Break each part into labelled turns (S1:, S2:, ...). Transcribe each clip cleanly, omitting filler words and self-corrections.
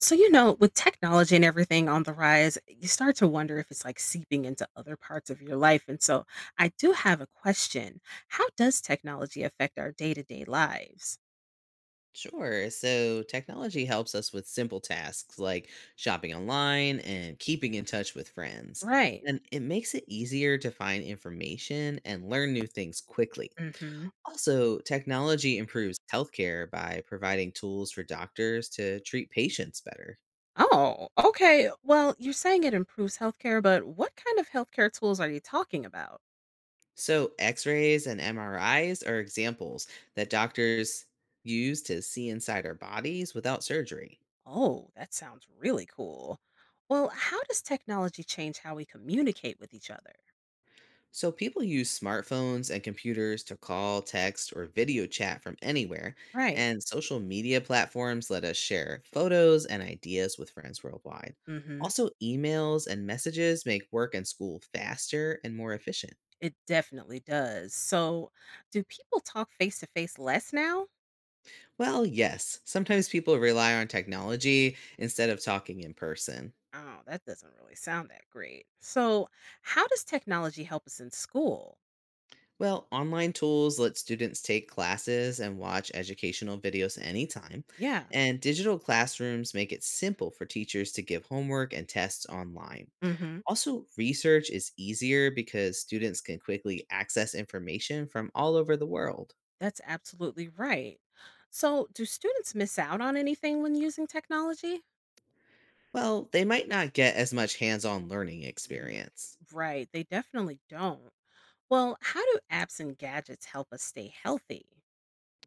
S1: So, with technology and everything on the rise, you start to wonder if it's like seeping into other parts of your life. And so, I do have a question. How does technology affect our day to day lives?
S2: Sure. So technology helps us with simple tasks like shopping online and keeping in touch with friends.
S1: Right.
S2: And it makes it easier to find information and learn new things quickly.
S1: Hmm.
S2: Also, technology improves healthcare by providing tools for doctors to treat patients better.
S1: Oh, okay. Well, you're saying it improves healthcare, but what kind of healthcare tools are you talking about?
S2: So, x rays and MRIs are examples that doctors use to see inside our bodies without surgery.
S1: Oh, that sounds really cool. Well, how does technology change how we communicate with each other?
S2: So, people use smartphones and computers to call, text, or video chat from anywhere,
S1: Right.
S2: and social media platforms let us share photos and ideas with friends worldwide.
S1: Mm hmm.
S2: Also, emails and messages make work and school faster and more efficient.
S1: It definitely does. So, do people talk face to face less now?
S2: Well, yes, sometimes people rely on technology instead of talking in person.
S1: Oh, that doesn't really sound that great. So, how does technology help us in school?
S2: Well, online tools let students take classes and watch educational videos anytime,
S1: Yeah.
S2: and digital classrooms make it simple for teachers to give homework and tests online.
S1: hmm
S2: Also, research is easier because students can quickly access information from all over the world.
S1: that's absolutely right. So, do students miss out on anything when using technology?
S2: Well, they might not get as much hands on learning
S1: Mm,
S2: experience.
S1: right, they definitely don't. Well, how do apps and gadgets help us stay healthy?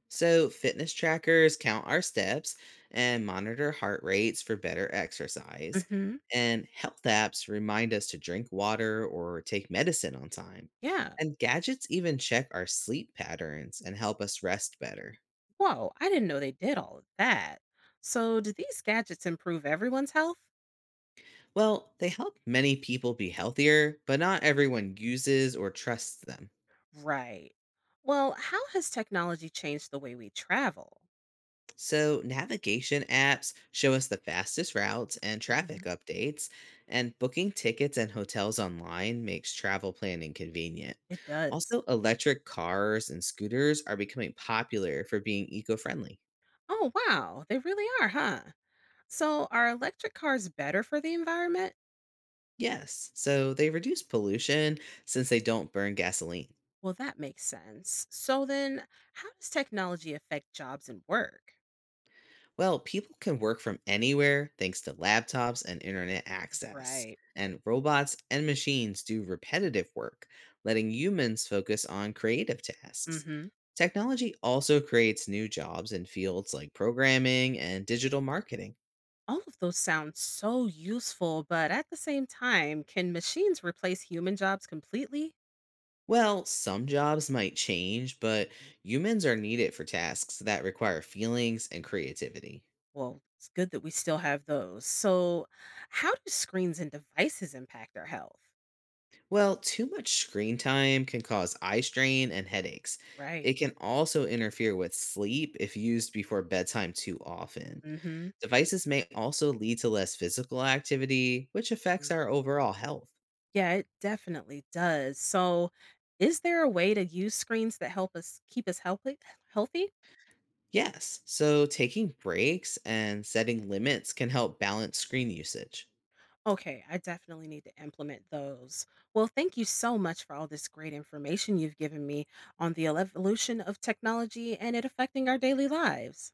S2: So, fitness trackers count our steps and monitor heart rates for better exercise.
S1: Hmm.
S2: And health apps remind us to drink water or take medicine on time.
S1: Yeah.
S2: And gadgets even check our sleep patterns and help us rest better.
S1: Whoa, I didn't know they did all of that. So, do these gadgets improve everyone's health?
S2: Well, they help many people be healthier, but not everyone uses or trusts them.
S1: Right. Well, how has technology changed the way we travel?
S2: So, navigation apps show us the fastest routes and traffic
S1: Mhm.
S2: updates, and booking tickets and hotels online makes travel planning convenient.
S1: It does.
S2: Also, electric cars and scooters are becoming popular for being eco friendly.
S1: Oh, wow. They really are, huh? So, are electric cars better for the environment?
S2: Yes, so they reduce pollution since they don't burn gasoline.
S1: Well, that makes sense. So, then how does technology affect jobs and work?
S2: Well, people can work from anywhere thanks to laptops and internet access.
S1: Right.
S2: And robots and machines do repetitive work, letting humans focus on creative tasks.
S1: Hmm.
S2: Technology also creates new jobs in fields like programming and digital marketing.
S1: All of those sound so useful, but at the same time, can machines replace human jobs completely?
S2: Well, some jobs might change, but humans are needed for tasks that require feelings and creativity.
S1: Well, it's good that we still have those. So, how do screens and devices impact our health?
S2: Well, too much screen time can cause eye strain and headaches. It
S1: Right.
S2: can also interfere with sleep if used before bedtime too often.
S1: Mm-hmm.
S2: Devices may also lead to less physical activity, which affects
S1: Mm.
S2: our overall health.
S1: Yeah, it definitely does. So, is there a way to use screens that help us keep us healthy? Healthy?
S2: Yes, so taking breaks and setting limits can help balance screen usage.
S1: Okay, I definitely need to implement those. Well, thank you so much for all this great information you've given me on the evolution of technology and it affecting our daily lives.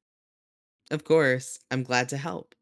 S2: Of course, I'm glad to help.